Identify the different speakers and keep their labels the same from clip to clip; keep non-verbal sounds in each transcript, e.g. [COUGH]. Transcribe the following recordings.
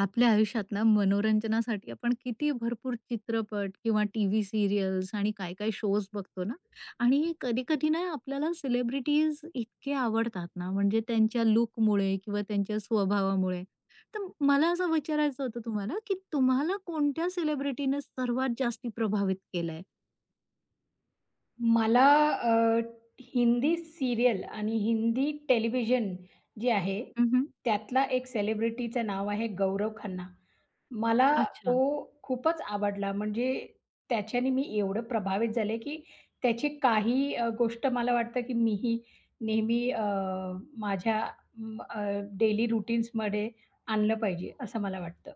Speaker 1: आपल्या आयुष्यात ना मनोरंजनासाठी आपण किती भरपूर चित्रपट किंवा टी व्ही सिरियल्स आणि काय काय शोज बघतो ना. आणि कधी कधी ना आपल्याला सेलिब्रिटीज इतके आवडतात ना, म्हणजे त्यांच्या लुकमुळे किंवा त्यांच्या स्वभावामुळे. तर मला असं विचारायचं होतं तुम्हाला, की तुम्हाला कोणत्या सेलिब्रिटीने सर्वात जास्ती प्रभावित केलंय?
Speaker 2: मला हिंदी सीरियल आणि हिंदी टेलिव्हिजन जे आहे,
Speaker 1: मम.
Speaker 2: त्यातला एक सेलिब्रिटीचं नाव आहे गौरव खन्ना. मला
Speaker 1: अच्छा.
Speaker 2: तो खूपच आवडला. म्हणजे त्याच्याने मी एवढं प्रभावित झाले, की त्याची काही गोष्ट मला वाटतं, की मीही नेहमी माझ्या म अ, डेली रूटीन्समध्ये आणलं पाहिजे, असं मला वाटतं.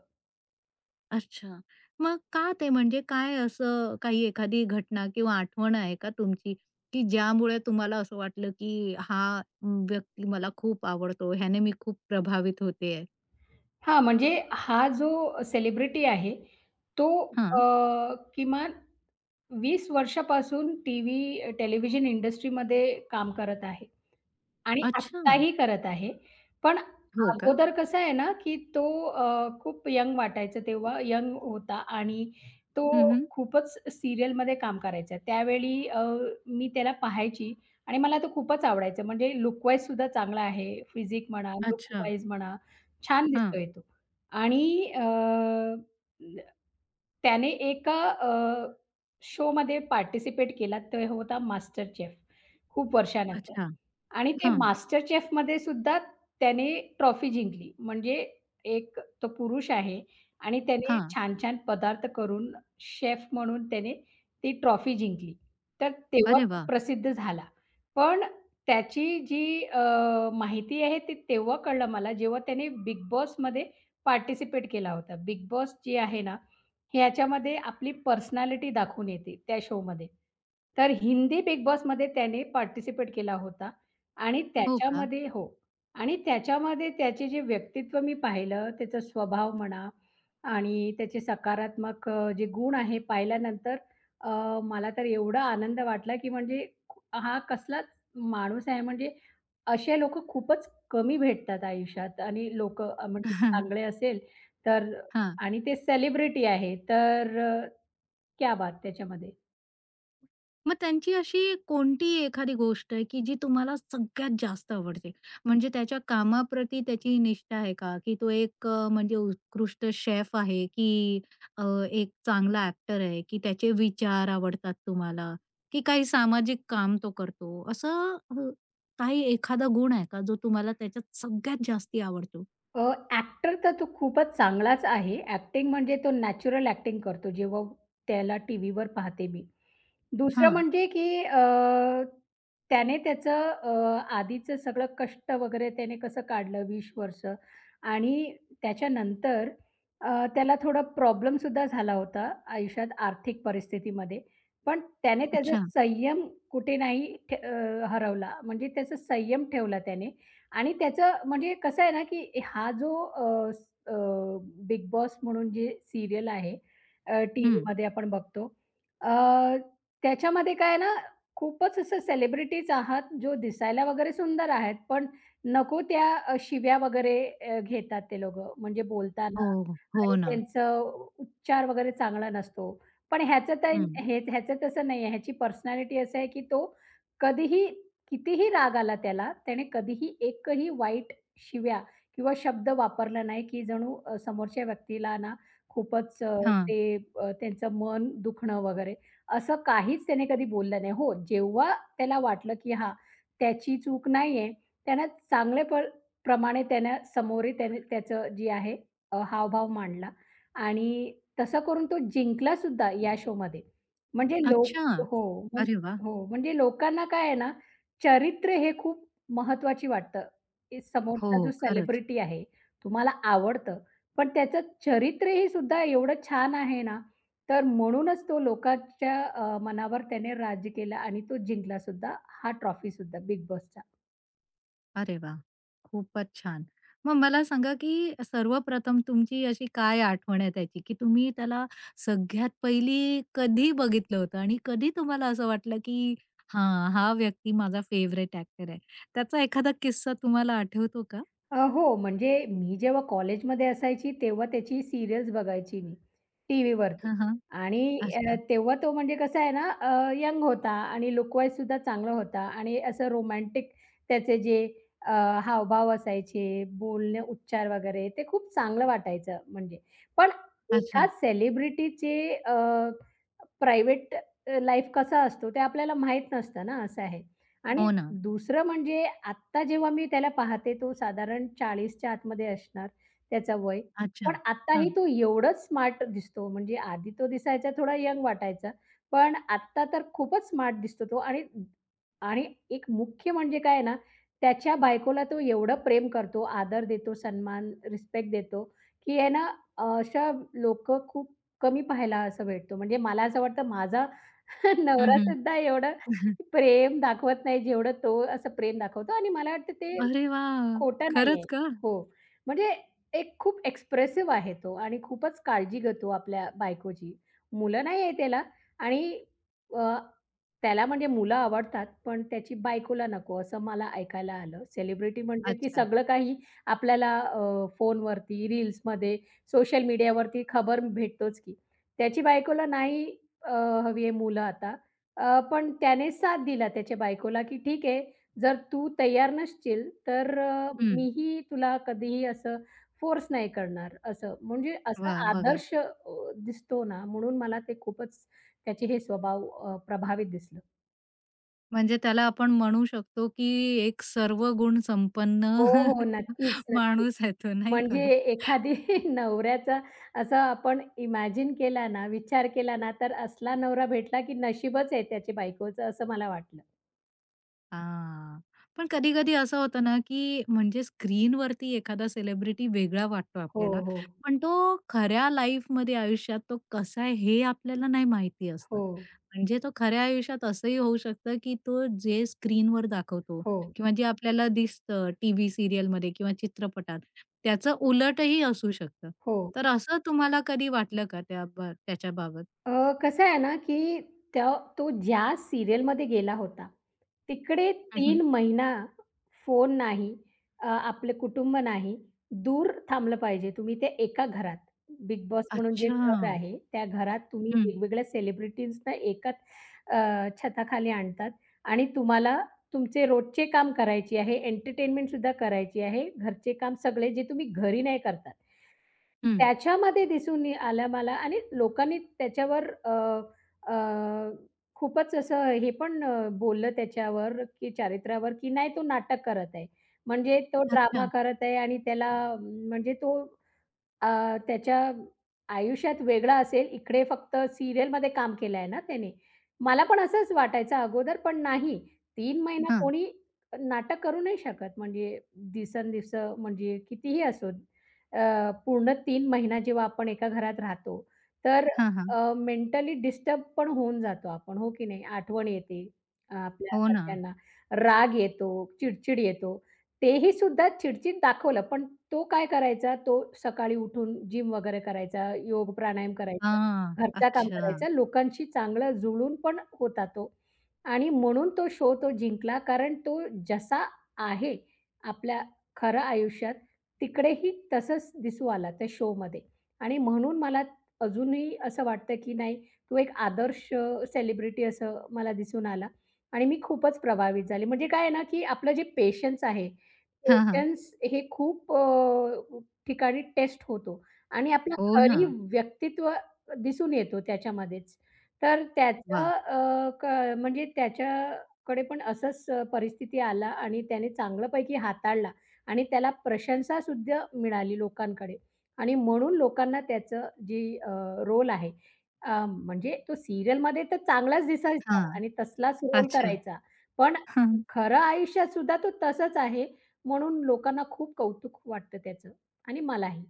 Speaker 1: अच्छा. मग का ते? म्हणजे काय असं काही एखादी घटना किंवा आठवण आहे का तुमची, की ज्यामुळे तुम्हाला असं वाटलं, की हा व्यक्ती मला खूप आवडतो, ह्याने मी खूप प्रभावित होतेय?
Speaker 2: हां, म्हणजे हा जो सेलिब्रिटी आहे, तो
Speaker 1: हां.
Speaker 2: किमान 20 वर्षापासून टीव्ही टेलिव्हिजन इंडस्ट्रीमध्ये काम करत आहे. आणि
Speaker 1: अच्छा.
Speaker 2: आत्ताही करत आहे. पण
Speaker 1: हो का?
Speaker 2: अगोदर कसं आहे ना, की तो खूप यंग वाटायचा तेव्हा यंग होता आणि तो
Speaker 1: हं, हं.
Speaker 2: खूपच सीरियलमध्ये काम करायचा. त्यावेळी मी त्याला पाहायची आणि मला तो खूपच आवडायचा. म्हणजे लुकवाईज सुद्धा चांगला आहे. फिजिक म्हणा,
Speaker 1: अच्छा.
Speaker 2: लूकवाईज म्हणा, छान
Speaker 1: हां.
Speaker 2: दिसतोय तो. आणि त्याने एका शोमध्ये पार्टिसिपेट केला. तो होता मास्टर शेफ खूप वर्षानंतर.
Speaker 1: अच्छा.
Speaker 2: आणि ते
Speaker 1: हां,
Speaker 2: मास्टर शेफमध्ये सुद्धा त्याने ट्रॉफी जिंकली. म्हणजे एक तो पुरुष आहे आणि त्याने
Speaker 1: हां.
Speaker 2: छान-छान पदार्थ करून शेफ म्हणून त्याने ती ट्रॉफी जिंकली. तर तेव्हा
Speaker 1: अरे
Speaker 2: तो
Speaker 1: वाह!
Speaker 2: प्रसिद्ध झाला. पण त्याची जी माहिती आहे ती तेव्हा कळलं मला जेव्हा त्याने बिग बॉसमध्ये पार्टिसिपेट केला होता. बिग बॉस जी आहे ना, ह्याच्यामध्ये आपली पर्सनॅलिटी दाखवून येते त्या शोमध्ये. तर हिंदी बिग बॉसमध्ये त्याने पार्टिसिपेट केला होता आणि
Speaker 1: हो का?
Speaker 2: त्याच्यामध्ये हो. आणि त्याच्यामध्ये त्याचे जे व्यक्तित्व मी पाहिलं, त्याचा स्वभाव म्हणा आणि त्याचे सकारात्मक जे गुण आहे पाहिल्यानंतर अ, मला तर एवढा आनंद वाटला, की म्हणजे हा कसलाच माणूस आहे म्हणजे असे लोकं खूपच कमी भेटतात आयुष्यात आणि लोकं म्हणजे चांगले
Speaker 1: [LAUGHS]
Speaker 2: असेल तर
Speaker 1: हां.
Speaker 2: आणि ते सेलिब्रिटी आहे तर क्या बात त्याच्यामध्ये.
Speaker 1: मग त्यांची अशी कोणती एखादी गोष्ट आहे, की जी तुम्हाला सगळ्यात जास्त आवडते? म्हणजे त्याच्या कामाप्रती त्याची निष्ठा आहे का? की तो एक म्हणजे उत्कृष्ट शेफ आहे, की अ, एक चांगला ॲक्टर आहे, की त्याचे विचार आवडतात तुम्हाला, की काही सामाजिक काम तो करतो? काही एखादा गुण आहे का, जो तुम्हाला त्याच्यात सगळ्यात जास्ती आवडतो?
Speaker 2: अ, ॲक्टर तर तो खूपच चांगलाच आहे. ॲक्टिंग म्हणजे तो नॅचरल ॲक्टिंग करतो, जेव्हा त्याला टीव्हीवर पाहते मी. दुसरं
Speaker 1: हां.
Speaker 2: म्हणजे की त्याने त्याचं आधीचं सगळं कष्ट वगैरे त्याने कसं काढलं 20 वर्ष आणि त्याच्यानंतर त्याला थोडा प्रॉब्लेमसुद्धा झाला होता आयुष्यात आर्थिक परिस्थितीमध्ये. पण त्याने त्याचा
Speaker 1: अच्छा.
Speaker 2: संयम कुठे नाही हरवला. म्हणजे त्याचा संयम ठेवला त्याने आणि त्याचं म्हणजे कसं आहे ना, की हा जो बिग बॉस म्हणून जी सीरियल आहे
Speaker 1: हं.
Speaker 2: टीव्हीमध्ये आपण बघतो. अ, त्याच्यामध्ये काय आहे ना, खूपच असं सेलिब्रिटीज आहात, जो दिसायला वगैरे सुंदर आहेत, पण नको त्या शिव्या वगैरे घेतात ते लोकं. म्हणजे बोलताना
Speaker 1: हो,
Speaker 2: आणि
Speaker 1: हो ना.
Speaker 2: त्यांचं उच्चार वगैरे चांगला नसतो. पण ह्याचं तर
Speaker 1: हं.
Speaker 2: हे ह्याचं तसं नाही आहे. ह्याची पर्सनॅलिटी असं आहे, की तो कधीही, कितीही राग आला त्याला, त्याने कधीही एकही वाईट शिव्या किंवा शब्द वापरला नाही, की जणू समोरच्या व्यक्तीला ना खूपच
Speaker 1: हां.
Speaker 2: ते त्यांचं मन दुखणं वगैरे असं काहीच त्याने कधी बोललं नाही. हो, जेव्हा त्याला वाटलं, की हा, त्याची चूक नाहीये, त्यानं चांगल्या प्रमाणे त्यानं समोर त्याने त्याचं जे आहे हावभाव मांडला आणि तसं करून तो जिंकलासुद्धा या शोमध्ये. म्हणजे लोक
Speaker 1: अच्छा.
Speaker 2: हो.
Speaker 1: अरे वाह!
Speaker 2: हो, म्हणजे लोकांना काय आहे ना, चरित्र हे खूप महत्वाची वाटतं. की
Speaker 1: हो,
Speaker 2: समोरचा जो
Speaker 1: खरंच.
Speaker 2: सेलिब्रिटी आहे, तुम्हाला आवडतं, पण त्याचं चरित्र हे सुद्धा एवढं छान आहे ना, तर म्हणूनच तो लोकांच्या मनावर त्याने राज्य केलं आणि तो जिंकला सुद्धा, हा ट्रॉफी सुद्धा बिग बॉसचा.
Speaker 1: अरे वा, खूपच छान. मग मला सांगा, की सर्वप्रथम तुमची अशी काय आठवण आहे त्याची, की तुम्ही त्याला सगळ्यात पहिली कधी बघितलं होतं आणि कधी तुम्हाला असं वाटलं, की हां, हा व्यक्ती माझा फेवरेट ॲक्टर आहे? त्याचा एखादा किस्सा तुम्हाला आठवतो का?
Speaker 2: हो, म्हणजे मी जेव्हा कॉलेजमध्ये असायची, तेव्हा त्याची सीरियल्स बघायची मी टीव्हीवरती
Speaker 1: हां, हां.
Speaker 2: आणि
Speaker 1: अच्छा,
Speaker 2: तेव्हा तो म्हणजे कसा आहे ना, यंग होता आणि लूकवाईजसुद्धा चांगला होता आणि असं रोमॅन्टिक त्याचे जे अ, हावभाव असायचे, बोलणे, उच्चार वगैरे ते खूप चांगलं वाटायचं म्हणजे. पण एका
Speaker 1: अच्छा.
Speaker 2: सेलिब्रिटीचे प्रायव्हेट लाईफ कसा असतो ते आपल्याला माहीत नसतं ना, असं आहे आणि
Speaker 1: हो ना.
Speaker 2: दुसरं म्हणजे आत्ता जेव्हा मी त्याला पाहते, तो साधारण 40च्या आतमध्ये असणार त्याचं वय. पण
Speaker 1: अच्छा.
Speaker 2: आत्ताही
Speaker 1: हां.
Speaker 2: तो एवढंच स्मार्ट दिसतो. म्हणजे आधी तो दिसायचा थोडा यंग वाटायचा. पण आत्ता तर खूपच स्मार्ट दिसतो तो आणि आणि एक मुख्य म्हणजे काय आहे ना, त्याच्या बायकोला तो एवढं प्रेम करतो, आदर देतो, सन्मान, रिस्पेक्ट देतो, की आहे ना अशा लोकं खूप कमी पाहायला असं भेटतो. म्हणजे मला असं वाटतं माझा [LAUGHS]
Speaker 1: हं, हं.
Speaker 2: नवरासुद्धा एवढं
Speaker 1: [LAUGHS]
Speaker 2: प्रेम दाखवत नाही जेवढं तो असं प्रेम दाखवतो आणि मला वाटतं ते
Speaker 1: अरे वाह!
Speaker 2: खोटा नाहीये.
Speaker 1: खरंच का?
Speaker 2: हो. म्हणजे एक खूप एक्सप्रेसिव्ह आहे तो आणि खूपच काळजी घेतो आपल्या बायकोची. मुलं नाही आहे त्याला आणि अ, त्याला म्हणजे मुलं आवडतात, पण त्याची बायकोला नको असं मला ऐकायला आलं. सेलिब्रिटी म्हणजे की
Speaker 1: अच्छा.
Speaker 2: सगळं काही आपल्याला फोनवरती, रील्समध्ये, सोशल मीडियावरती खबर भेटतोच की. त्याची बायकोला नाही अ, हवी आहे मुलं आता. पण त्याने साथ दिला त्याच्या बायकोला, की ठीक आहे जर तू तयार नसशील, तर हं.
Speaker 1: हं.
Speaker 2: मीही तुला कधीही असं फोर्स नाही करणार, असं. म्हणजे असा
Speaker 1: वाह! बघा,
Speaker 2: आदर्श दिसतो ना, म्हणून मला ते खूपच त्याचे हे स्वभाव प्रभावित दिसलं.
Speaker 1: म्हणजे त्याला आपण म्हणू शकतो, की एक सर्व गुण संपन्न
Speaker 2: हो, हो. नक्कीच,
Speaker 1: [LAUGHS]
Speaker 2: नक्कीच.
Speaker 1: माणूस आहे तो, नाही का?
Speaker 2: म्हणजे एखादी [LAUGHS] नवऱ्याचा असा आपण इमॅजिन केला ना, विचार केला ना, तर असला नवरा भेटला की नशीबच आहे त्याची बायकोचं, असं मला वाटलं.
Speaker 1: हां. पण कधी-कधी असं होतं ना, की म्हणजे स्क्रीनवरती एखादा सेलिब्रिटी वेगळा वाटतो
Speaker 2: हो,
Speaker 1: आपल्याला,
Speaker 2: हो.
Speaker 1: पण तो खऱ्या लाईफमध्ये आयुष्यात तो कसा आहे हे आपल्याला नाही माहिती असतं.
Speaker 2: हो,
Speaker 1: म्हणजे तो खऱ्या आयुष्यात असंही होऊ शकतं, की तो जे स्क्रीनवर दाखवतो
Speaker 2: हो,
Speaker 1: किंवा जे आपल्याला दिसतं टीव्ही सीरियलमध्ये किंवा चित्रपटात, त्याचं उलटही असू शकतं.
Speaker 2: हो.
Speaker 1: तर असं तुम्हाला कधी वाटलं का त्या त्याच्याबाबत?
Speaker 2: अ, कसं आहे ना, की त्या तो ज्या सीरियलमध्ये गेला होता, तिकडे
Speaker 1: हं,
Speaker 2: तीन
Speaker 1: हं.
Speaker 2: महिना फोन नाही, आपलं कुटुंब नाही, दूर थांबलं पाहिजे. तुम्ही ते एका घरात, बिग बॉस म्हणून जे
Speaker 1: अच्छा.
Speaker 2: घर आहे, त्या घरात तुम्ही
Speaker 1: हं,
Speaker 2: वेगवेगळ्या सेलिब्रिटीजना एकाच छताखाली आणतात आणि तुम्हाला तुमचे रोजचे काम करायचे आहे, एंटरटेनमेंटसुद्धा करायची आहे, घरचे काम सगळे जे तुम्ही घरी नाही करतात.
Speaker 1: हं.
Speaker 2: त्याच्यामध्ये दिसून नि आलं मला आणि लोकांनी त्याच्यावर अ, अ, खूपच असं हे पण बोललं त्याच्यावर, की चारित्र्यावर, की नाही तो नाटक करत आहे. म्हणजे तो ड्रामा
Speaker 1: अच्छा.
Speaker 2: करत आहे आणि त्याला म्हणजे तो अ, त्याच्या आयुष्यात वेगळा असेल, इकडे फक्त सीरियलमध्ये काम केलं आहे ना त्याने. मला पण असंच वाटायचं अगोदर, पण नाही. 3 महिना
Speaker 1: हां.
Speaker 2: कोणी नाटक करू नाही शकत म्हणजे दिवसेंदिवस म्हणजे कितीही असो. पूर्ण 3 महिना जेव्हा आपण एका घरात राहतो, तर
Speaker 1: हां, हां.
Speaker 2: मेंटली डिस्टर्ब पण होऊन जातो आपण, हो की नाही? आठवण येते आपल्या
Speaker 1: हो ना.
Speaker 2: घरच्यांना, राग येतो, चिडचिड येतो. तेही सुद्धा चिडचिड दाखवलं, पण तो काय करायचा, तो सकाळी उठून जिम वगैरे करायचा, योग प्राणायाम करायचा,
Speaker 1: हां.
Speaker 2: घरचा काम
Speaker 1: अच्छा.
Speaker 2: करायचा, लोकांशी चांगला जुळून पण होता तो आणि म्हणून तो शो तो जिंकला कारण तो जसा आहे आपल्या खरं आयुष्यात तिकडेही तसंच दिसू आला त्या शोमध्ये आणि म्हणून मला अजूनही असं वाटतं, की नाही तो एक आदर्श सेलिब्रिटी असं मला दिसून आला आणि मी खूपच प्रभावित झाले. म्हणजे काय आहे ना, की आपलं जे पेशन्स आहे,
Speaker 1: हां, हां.
Speaker 2: पेशन्स हे खूप ठिकाणी टेस्ट होतो आणि आपलं
Speaker 1: हो ना.
Speaker 2: खरी व्यक्तित्व दिसून येतो त्याच्यामध्येच. तर
Speaker 1: वाह!
Speaker 2: त्याचं अ, क म्हणजे त्याच्याकडे पण असंच परिस्थिती आला आणि त्याने चांगल्यापैकी हाताळला. आणि त्याला प्रशंसासुद्धा मिळाली लोकांकडे आणि म्हणून लोकांना त्याचं जी रोल आहे म्हणजे तो सीरियलमध्ये तर चांगलाच दिसायचा
Speaker 1: हां.
Speaker 2: आणि तसलाच रोल
Speaker 1: अच्छा.
Speaker 2: करायचा. पण
Speaker 1: [LAUGHS]
Speaker 2: खरं आयुष्यातसुद्धा तो तसंच आहे, म्हणून लोकांना खूप कौतुक वाटतं त्याचं आणि मलाही.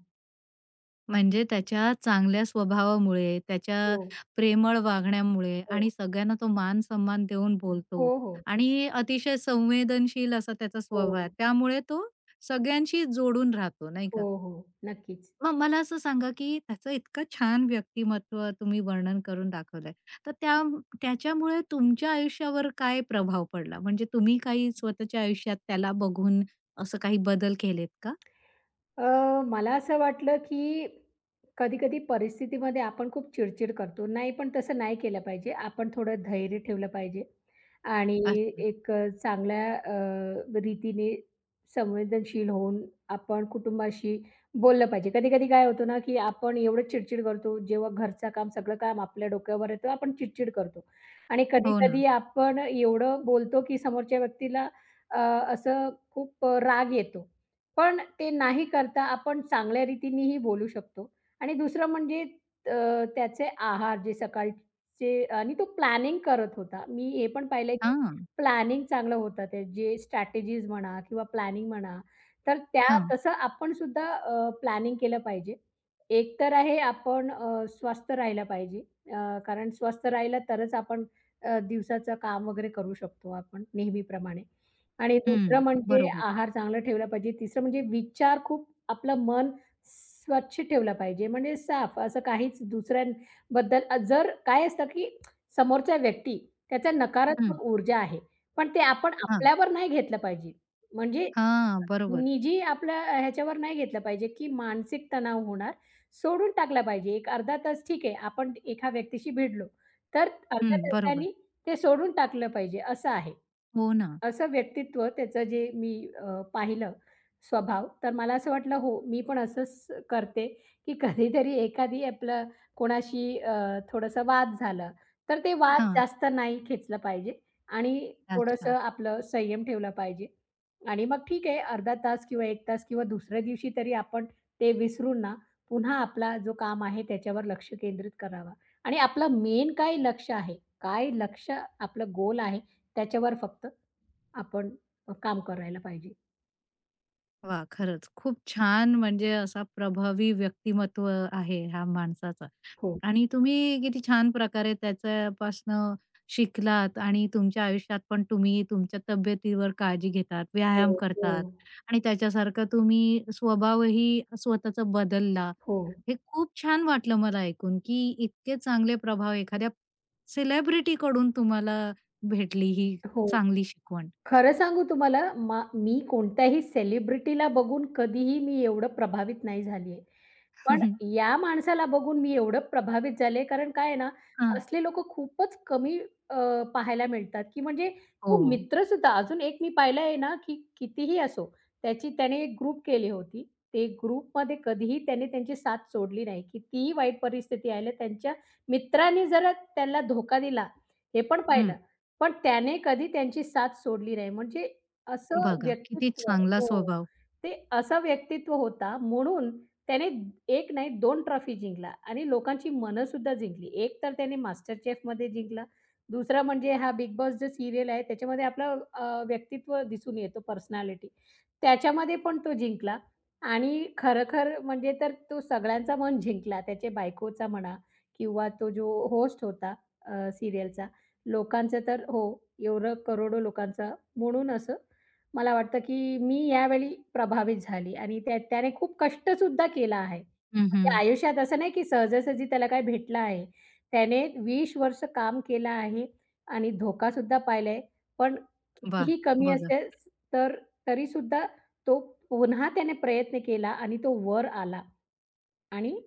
Speaker 1: म्हणजे त्याच्या चांगल्या स्वभावामुळे, त्याच्या
Speaker 2: हो,
Speaker 1: प्रेमळ वागण्यामुळे
Speaker 2: हो.
Speaker 1: आणि सगळ्यांना तो मान-सन्मान देऊन
Speaker 2: हो,
Speaker 1: बोलतो
Speaker 2: हो.
Speaker 1: आणि अतिशय संवेदनशील असा त्याचा स्वभाव आहे.
Speaker 2: हो,
Speaker 1: त्यामुळे तो सगळ्यांशी जोडून राहतो, नाही
Speaker 2: हो,
Speaker 1: का?
Speaker 2: हो. नक्कीच.
Speaker 1: मग मला असं सांगा, की त्याचं इतकं छान व्यक्तिमत्व तुम्ही वर्णन करून दाखवलंय. तर त्याच्यामुळे तुमच्या आयुष्यावर काय प्रभाव पडला? म्हणजे तुम्ही काही स्वतःच्या आयुष्यात त्याला बघून असं काही बदल केलेत का?
Speaker 2: मला असं वाटलं, की कधी-कधी परिस्थितीमध्ये आपण खूप चिड-चिड करतो. नाही, पण तसं नाही केलं पाहिजे. आपण थोडं धैर्य ठेवलं पाहिजे आणि
Speaker 1: अच्छा.
Speaker 2: एक चांगल्या रीतीने संवेदनशील होऊन आपण कुटुंबाशी बोललं पाहिजे. कधी-कधी काय होतं ना, की आपण एवढं चिड करतो, जेव्हा घरचं काम, सगळं काम आपल्या डोक्यावर येतं, आपण चिड करतो आणि
Speaker 1: हो ना.
Speaker 2: कधी-कधी आपण एवढं बोलतो, की समोरच्या व्यक्तीला अ, असं खूप राग येतो पण ते नाही करता आपण चांगल्या रीतीनेही बोलू शकतो आणि दुसरं म्हणजे त्याचे आहार जे सकाळचे आणि तो प्लॅनिंग करत होता. मी हे पण पाहिलं की
Speaker 1: हां,
Speaker 2: प्लॅनिंग चांगलं होतं ते जे स्ट्रॅटेजीज म्हणा किंवा प्लॅनिंग म्हणा, तर त्या
Speaker 1: हां.
Speaker 2: तसं आपण सुद्धा प्लॅनिंग केलं पाहिजे. एक तर आहे आपण स्वस्थ राहिलं पाहिजे कारण स्वस्थ राहिलं तरच आपण दिवसाचं काम वगैरे करू शकतो आपण नेहमीप्रमाणे. आणि दुसरं
Speaker 1: हं.
Speaker 2: म्हणजे
Speaker 1: बरोबर.
Speaker 2: आहार चांगला ठेवला पाहिजे. तिसरं म्हणजे विचार खूप आपलं मन स्वच्छ ठेवलं पाहिजे, म्हणजे साफ असं काहीच दुसऱ्यांबद्दल जर काय असतं की समोरचा व्यक्ती त्याचा
Speaker 1: हं.
Speaker 2: नकारात्मक ऊर्जा आहे, पण ते आपण
Speaker 1: हां.
Speaker 2: आपल्यावर नाही घेतलं पाहिजे. म्हणजे
Speaker 1: हां. बरोबर.
Speaker 2: निजी आपल्या ह्याच्यावर नाही घेतलं पाहिजे, की मानसिक तणाव होणार. सोडून टाकला पाहिजे. एक अर्धा तास ठीक आहे, आपण एका व्यक्तीशी भिडलो, तर अर्ध्या
Speaker 1: हं. बरोबर.
Speaker 2: तासाने ते सोडून टाकलं पाहिजे, असं आहे.
Speaker 1: हो ना.
Speaker 2: असं व्यक्तित्व त्याचं जे मी पाहिलं स्वभाव, तर मला असं वाटलं हो, मी पण असंच करते, की कधीतरी एखादी आपलं कोणाशी थोडंसं वाद झालं, तर ते वाद
Speaker 1: हां.
Speaker 2: जास्त नाही खेचलं पाहिजे आणि थोडंसं
Speaker 1: अच्छा.
Speaker 2: आपलं संयम ठेवला पाहिजे. आणि मग ठीक आहे अर्धा तास किंवा 1 तास किंवा दुसऱ्या दिवशी तरी आपण ते विसरून ना, पुन्हा आपला जो काम आहे त्याच्यावर लक्ष केंद्रित करावा आणि आपलं मेन काय लक्ष्य आहे, काय लक्ष्य आपलं गोल आहे त्याच्यावर फक्त आपण काम करायला पाहिजे.
Speaker 1: वाह! खरंच खूप छान, म्हणजे असा प्रभावी व्यक्तिमत्व आहे ह्या माणसाचं.
Speaker 2: हो,
Speaker 1: आणि तुम्ही किती छान प्रकारे त्याच्यापासनं शिकलात आणि तुमच्या आयुष्यात पण तुम्ही तुमच्या तब्येतीवर काळजी घेतात,
Speaker 2: हो,
Speaker 1: व्यायाम
Speaker 2: हो.
Speaker 1: करतात आणि त्याच्यासारखा तुम्ही स्वभावही स्वतःचा बदलला.
Speaker 2: हो,
Speaker 1: हे खूप छान वाटलं मला ऐकून, की इतके चांगले प्रभाव एखाद्या सेलिब्रिटीकडून तुम्हाला भेटली ही
Speaker 2: हो.
Speaker 1: चांगली शिकवण.
Speaker 2: खरं सांगू तुम्हाला, मी कोणत्याही सेलिब्रिटीला बघून कधीही मी एवढं प्रभावित नाही झाली आहे. पण
Speaker 1: [LAUGHS]
Speaker 2: या माणसाला बघून मी एवढं प्रभावित झाले, कारण काय आहे ना,
Speaker 1: हां.
Speaker 2: असले लोकं खूपच कमी पाहायला मिळतात, की म्हणजे तो
Speaker 1: हो.
Speaker 2: मित्रसुद्धा अजून एक मी पाहिला आहे ना, की कितीही असो, त्याची त्याने एक ग्रुप केली होती. ते ग्रुपमध्ये कधीही त्याने त्यांची साथ सोडली नाही. कितीही वाईट परिस्थिती आली, त्यांच्या मित्रांनी जरा त्याला धोका दिला, हे पण
Speaker 1: हं.
Speaker 2: पाहिलं. पण त्याने कधी त्यांची साथ सोडली नाही म्हणजे असं
Speaker 1: बघा किती
Speaker 2: व्यक्तित्व
Speaker 1: चांगला
Speaker 2: हो.
Speaker 1: स्वभाव.
Speaker 2: ते असं व्यक्तित्व होता म्हणून त्याने एक नाही दोन ट्रॉफी जिंकला आणि लोकांची मनंसुद्धा जिंकली. एक तर त्याने मास्टरचेफमध्ये जिंकला. दुसरा म्हणजे हा बिग बॉस जो सीरियल आहे त्याच्यामध्ये आपलं व्यक्तित्व दिसून येतो पर्सनॅलिटी. त्याच्यामध्ये पण तो जिंकला आणि खरं म्हणजे तर तो सगळ्यांचा मन जिंकला. त्याच्या बायकोचा म्हणा किंवा तो जो होस्ट होता अ, लोकांचं तर हो, एवढं करोडो लोकांचा म्हणून असं मला वाटतं की मी यावेळी प्रभावित झाली आणि त्याने खूप कष्ट सुद्धा केला आहे.
Speaker 1: हं,
Speaker 2: म्हणजे
Speaker 1: हं.
Speaker 2: आयुष्यात असं नाही की सहजासहजी त्याला काय भेटलं आहे. त्याने 20 वर्ष काम केलं आहे आणि धोका सुद्धा पाहिलाय. पण
Speaker 1: वाह!
Speaker 2: कितीही कमी
Speaker 1: बघा.
Speaker 2: असेल तर तरी सुद्धा तो पुन्हा त्याने प्रयत्न केला आणि तो वर आला आणि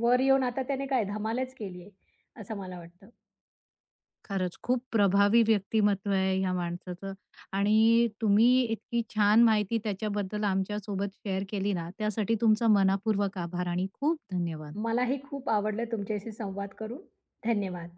Speaker 2: वर येऊन आता त्याने काय धमालच केली आहे, असं मला वाटतं.
Speaker 1: खरंच खूप प्रभावी व्यक्तिमत्व आहे ह्या माणसाचं आणि तुम्ही इतकी छान माहिती त्याच्याबद्दल आमच्यासोबत शेअर केली ना, त्यासाठी तुमचा मनापूर्वक आभार आणि खूप धन्यवाद.
Speaker 2: मलाही खूप आवडलं तुमच्याशी संवाद करून. धन्यवाद.